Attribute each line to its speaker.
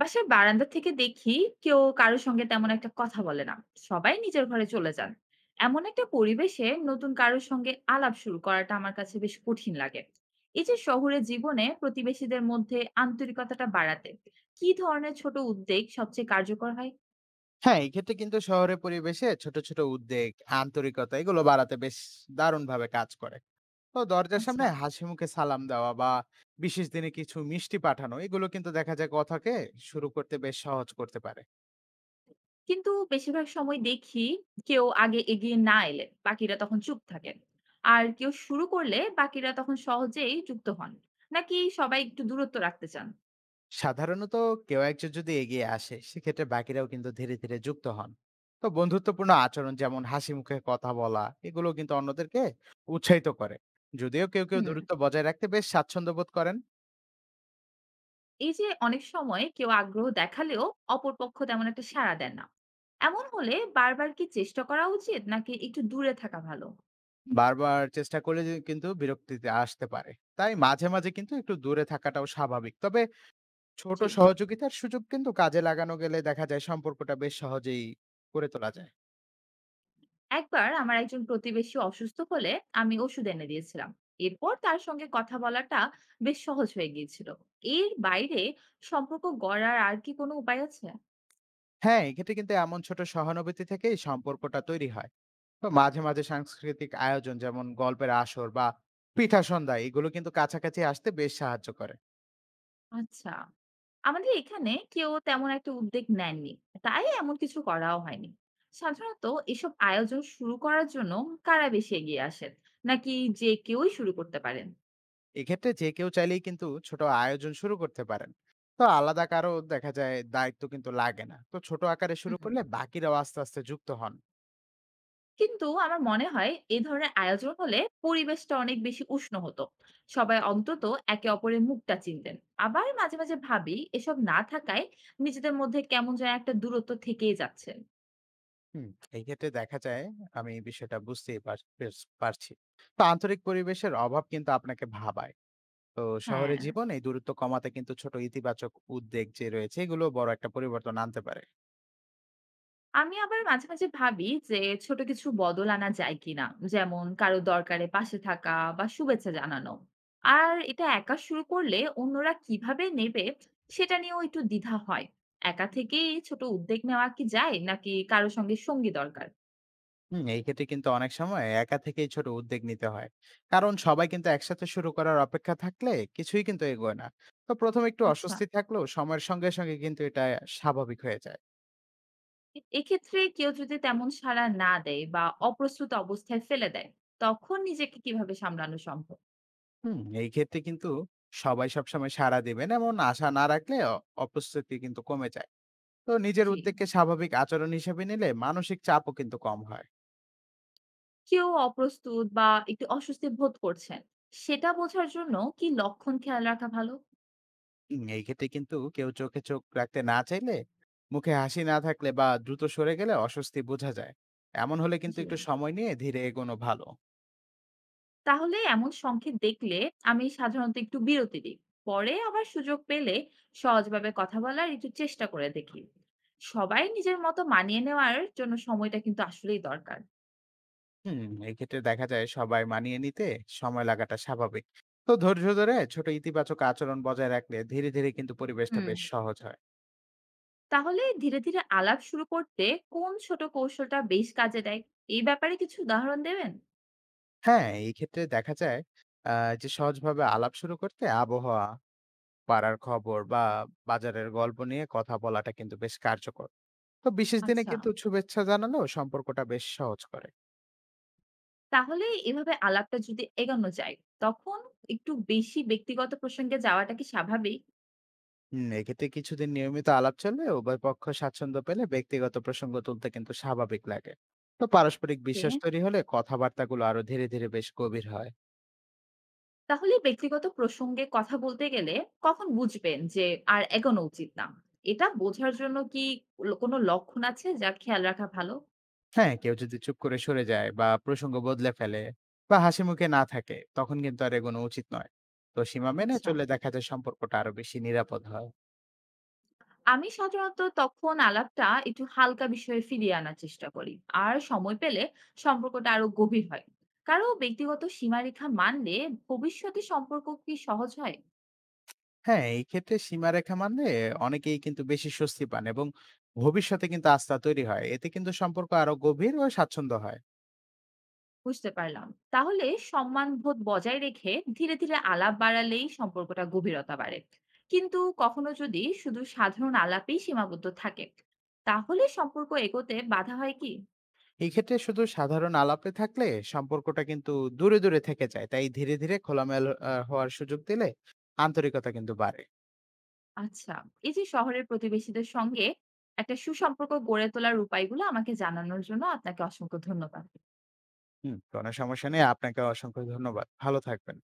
Speaker 1: বাসার বারান্দা থেকে দেখি কেউ কারোর সঙ্গে তেমন একটা কথা বলে না, সবাই নিজের ঘরে চলে যান। এমন একটা পরিবেশে নতুন কারোর সঙ্গে আলাপ শুরু করাটা আমার কাছে বেশ কঠিন লাগে। এই যে শহুরে জীবনে প্রতিবেশীদের মধ্যে আন্তরিকতাটা বাড়াতে কি ধরনের ছোট উদ্যোগ সবচেয়ে কার্যকর হয়?
Speaker 2: হ্যাঁ, এক্ষেত্রে কিন্তু শহরের পরিবেশে ছোট, ছোট উদ্বেগ, আন্তরিকতা এগুলো বাড়াতে বেশ দারুণভাবে কাজ করে। তো দরজার সামনে
Speaker 1: আচ্ছা।
Speaker 2: হাসি মুখে সালাম দেওয়া বা বিশেষ দিনে কিছু মিষ্টি পাঠানো এগুলো কিন্তু দেখা যায় কথাকে শুরু করতে বেশ সহজ করতে পারে।
Speaker 1: কিন্তু বেশিরভাগ সময় দেখি কেউ আগে এগিয়ে না এলে বাকিরা তখন চুপ থাকেন, আর কেউ শুরু করলে বাকিরা তখন সহজেই যুক্ত হন, নাকি সবাই একটু দূরত্ব রাখতে চান?
Speaker 2: সাধারণত কেউ একজন যদি এগিয়ে আসে সেক্ষেত্রে বাকিরাও কিন্তু ধীরে, ধীরে যুক্ত হন। তো বন্ধুত্বপূর্ণ আচরণ যেমন হাসি মুখে কথা বলা এগুলো কিন্তু অন্যদেরকে উৎসাহিত করে। যদিও কেউ, কেউ
Speaker 1: হুম।
Speaker 2: দূরত্ব বজায় রাখতে বেশ স্বাচ্ছন্দ্য বোধ করেন।
Speaker 1: এই যে অনেক সময় কেউ আগ্রহ দেখালেও অপর পক্ষ তেমন একটা সাড়া দেন না, এমন হলে বারবার কি চেষ্টা করা উচিত নাকি একটু দূরে থাকা ভালো?
Speaker 2: বারবার চেষ্টা করলে যে কিন্তু বিরক্তিতে আসতে পারে। তাই মাঝে, মাঝে কিন্তু একটু দূরে থাকাটাও স্বাভাবিক। তবে ছোট
Speaker 1: জি।
Speaker 2: সহযোগিতার সুযোগ কিন্তু কাজে লাগানো গেলে দেখা যায় সম্পর্কটা বেশ সহজেই গড়ে তোলা যায়।
Speaker 1: একবার আমার একজন প্রতিবেশী অসুস্থ হলে আমি ওষুধ এনে দিয়েছিলাম, এরপর তার সঙ্গে কথা বলাটা বেশ সহজ হয়ে গিয়েছিল। এর বাইরে সম্পর্ক গড়ার আর কি কোনো উপায় আছে?
Speaker 2: হ্যাঁ, এক্ষেত্রে কিন্তু এমন ছোট সহানুভূতি থেকেই সম্পর্কটা তৈরি হয়। তো মাঝে, মাঝে সাংস্কৃতিক আয়োজন যেমন গল্পের আসর বা পিঠা সন্ধ্যা এগুলো কিন্তু কাছাকাছি আসতে বেশ সাহায্য করে।
Speaker 1: আচ্ছা। আমাদের এখানে কেউ তেমন একটা উদ্যোগ নেননি। তাই এমন কিছু করাও হয়নি। সাধারণত এসব আয়োজন শুরু করার জন্য কারা বেশি এগিয়ে আসেন? নাকি যে কেউই শুরু করতে পারেন?
Speaker 2: এক্ষেত্রে যে কেউ চাইলেই কিন্তু ছোট আয়োজন শুরু করতে পারেন। তো আলাদা কারো দেখা যায় দায়িত্ব কিন্তু লাগে না। তো ছোট আকারে শুরু
Speaker 1: হুম।
Speaker 2: করলে বাকিরাও আস্তে আস্তে যুক্ত হন।
Speaker 1: কিন্তু আমার মনে হয় এ ধরনের আয়োজন হলে পরিবেশটা অনেক বেশি উষ্ণ হতো। সবাই অন্তত একে অপরের মুখটা চিনতেন। আবার মাঝে, মাঝে ভাবি এসব না থাকায় নিজেদের মধ্যে কেমন যেন একটা দূরত্ব থেকেই যাচ্ছে।
Speaker 2: হুম, এই ক্ষেত্রে দেখা যায় আমি এই বিষয়টা বুঝতেই পারছি। তো আন্তরিক পরিবেশের অভাব কিন্তু আপনাকে ভাবায়। তো শহরে
Speaker 1: হ্যাঁ।
Speaker 2: জীবন এই দূরত্ব কমাতে কিন্তু ছোট ইতিবাচক উদ্যোগ যে রয়েছে এগুলো বড় একটা পরিবর্তন আনতে পারে।
Speaker 1: আমি আবার মাঝে, মাঝে ভাবি যে ছোট কিছু বদল আনা যায় কিনা? যেমন কারো দরকারে পাশে থাকা বা শুভেচ্ছা জানানো। আর এটা একা শুরু করলে অন্যরা কিভাবে নেবে সেটা নিয়েও একটু দ্বিধা হয়। একা থেকেই ছোট উদ্যোগ নেওয়া কি যায় নাকি কারো সঙ্গে সঙ্গী দরকার?
Speaker 2: হুম, এই ক্ষেত্রে কিন্তু অনেক সময় একা থেকেই ছোট উদ্যোগ নিতে হয়। কারণ সবাই কিন্তু একসাথে শুরু করার অপেক্ষা থাকলে কিছুই কিন্তু এগোয় না। তো প্রথমে একটু
Speaker 1: আচ্ছা।
Speaker 2: অস্বস্তি থাকলেও সময়ের সঙ্গে সঙ্গে কিন্তু এটা স্বাভাবিক হয়ে যায়।
Speaker 1: এক্ষেত্রে কেউ যদি তেমন সাড়া না দেয় বা অপ্রস্তুত অবস্থায় ফেলে দেয়, তখন নিজেকে কিভাবে সামলানো সম্ভব?
Speaker 2: হুম, এই ক্ষেত্রে কিন্তু সবাই সবসময় সাড়া দেবেন এমন আশা না রাখলে অপ্রস্তুতি কিন্তু কমে যায়। তো নিজের
Speaker 1: জি।
Speaker 2: উদ্যোগকে স্বাভাবিক আচরণ হিসেবে নিলে মানসিক চাপও কিন্তু কম হয়।
Speaker 1: কেউ অপ্রস্তুত বা একটু অস্বস্তি বোধ করছেন, সেটা বোঝার জন্য কি লক্ষণ খেয়াল রাখা ভালো?
Speaker 2: এই ক্ষেত্রে কিন্তু কেউ চোখে চোখ রাখতে না চাইলে, মুখে হাসি না থাকলে বা দ্রুত সরে গেলে অস্বস্তি বোঝা যায়। এমন হলে কিন্তু
Speaker 1: জি।
Speaker 2: একটু সময় নিয়ে ধীরে এগোনো ভালো।
Speaker 1: তাহলে এমন সংকেত দেখলে আমি সাধারণত একটু বিরতি দিই। পরে আবার সুযোগ পেলে সহজভাবে কথা বলার একটু চেষ্টা করে দেখি। সবাই নিজের মতো মানিয়ে নেওয়ার জন্য সময়টা কিন্তু আসলেই দরকার।
Speaker 2: হুম, এই ক্ষেত্রে দেখা যায় সবাই মানিয়ে নিতে সময় লাগাটা স্বাভাবিক। তো ধৈর্য ধরে ছোট ইতিবাচক আচরণ বজায় রাখলে ধীরে ধীরে কিন্তু পরিবেশটা
Speaker 1: হুম।
Speaker 2: বেশ সহজ হয়।
Speaker 1: তাহলে ধীরে ধীরে আলাপ শুরু করতে কোন ছোট কৌশলটা বেশ কাজে দেয়? এই ব্যাপারে কিছু উদাহরণ দেবেন?
Speaker 2: হ্যাঁ, এই ক্ষেত্রে দেখা যায় যে সহজভাবে আলাপ শুরু করতে আবহাওয়া, পাড়ার খবর বা বাজারের গল্প নিয়ে কথা বলাটা কিন্তু বেশ কার্যকর। তো বিশেষ দিনে
Speaker 1: আচ্ছা।
Speaker 2: কিন্তু শুভেচ্ছা জানালেও সম্পর্কটা বেশ সহজ করে।
Speaker 1: তাহলে এভাবে আলাপটা যদি এগোনো যায়, তখন একটু বেশি ব্যক্তিগত প্রসঙ্গে যাওয়াটা কি স্বাভাবিক?
Speaker 2: হম, এক্ষেত্রে কিছুদিন নিয়মিত আলাপ চললে উভয় পক্ষ স্বাচ্ছন্দ্য পেলে ব্যক্তিগত প্রসঙ্গ তুলতে কিন্তু স্বাভাবিক লাগে। তো পারস্পরিক
Speaker 1: ওকে।
Speaker 2: বিশ্বাস তৈরি হলে কথাবার্তাগুলো আরো ধীরে ধীরে বেশ গভীর হয়।
Speaker 1: তাহলে ব্যক্তিগত প্রসঙ্গে কথা বলতে গেলে কখন বুঝবেন যে আর এগোনো উচিত না? এটা বোঝার জন্য কি কোনো লক্ষণ আছে যা খেয়াল রাখা ভালো?
Speaker 2: হ্যাঁ, কেউ যদি চুপ করে সরে যায় বা প্রসঙ্গ বদলে ফেলে বা হাসি মুখে না থাকে তখন কিন্তু আর এগোনো উচিত নয়। তো সীমা মেনে
Speaker 1: আচ্ছা।
Speaker 2: চললে দেখা যায় সম্পর্কটা আরো বেশি নিরাপদ হয়।
Speaker 1: আমি সাধারণত তখন আলাপটা একটু হালকা বিষয়ে ফিরিয়ে আনার চেষ্টা করি। আর সময় পেলে সম্পর্কটা আরো গভীর হয়। কারো ব্যক্তিগত সীমারেখা মানলে ভবিষ্যতে সম্পর্ক কি সহজ হয়?
Speaker 2: হ্যাঁ, এই ক্ষেত্রে সীমারেখা মানলে অনেকেই কিন্তু বেশি স্বস্তি পান এবং ভবিষ্যতে কিন্তু আস্থা তৈরি হয়। এতে কিন্তু সম্পর্ক আরো গভীর ও স্বাচ্ছন্দ্য হয়।
Speaker 1: বুঝতে পারলাম। তাহলে সম্মানবোধ বজায় রেখে ধীরে, ধীরে আলাপ বাড়ালেই সম্পর্কটা গভীরতা বাড়ে। কিন্তু কখনো যদি শুধু সাধারণ আলাপেই সীমাবদ্ধ থাকে, তাহলে সম্পর্ক এগোতে বাধা হয় কি?
Speaker 2: এই ক্ষেত্রে শুধু সাধারণ আলাপে থাকলে সম্পর্কটা কিন্তু দূরে, দূরে থেকে যায়। তাই ধীরে, ধীরে খোলামেলা আ হওয়ার সুযোগ দিলে আন্তরিকতা কিন্তু বাড়ে।
Speaker 1: আচ্ছা, এই যে শহরের প্রতিবেশীদের সঙ্গে একটা সুসম্পর্ক গড়ে তোলার উপায়গুলো আমাকে জানানোর জন্য আপনাকে অসংখ্য ধন্যবাদ।
Speaker 2: হুম, কোনো সমস্যা নেই। আপনাকে অসংখ্য ধন্যবাদ। ভালো থাকবেন।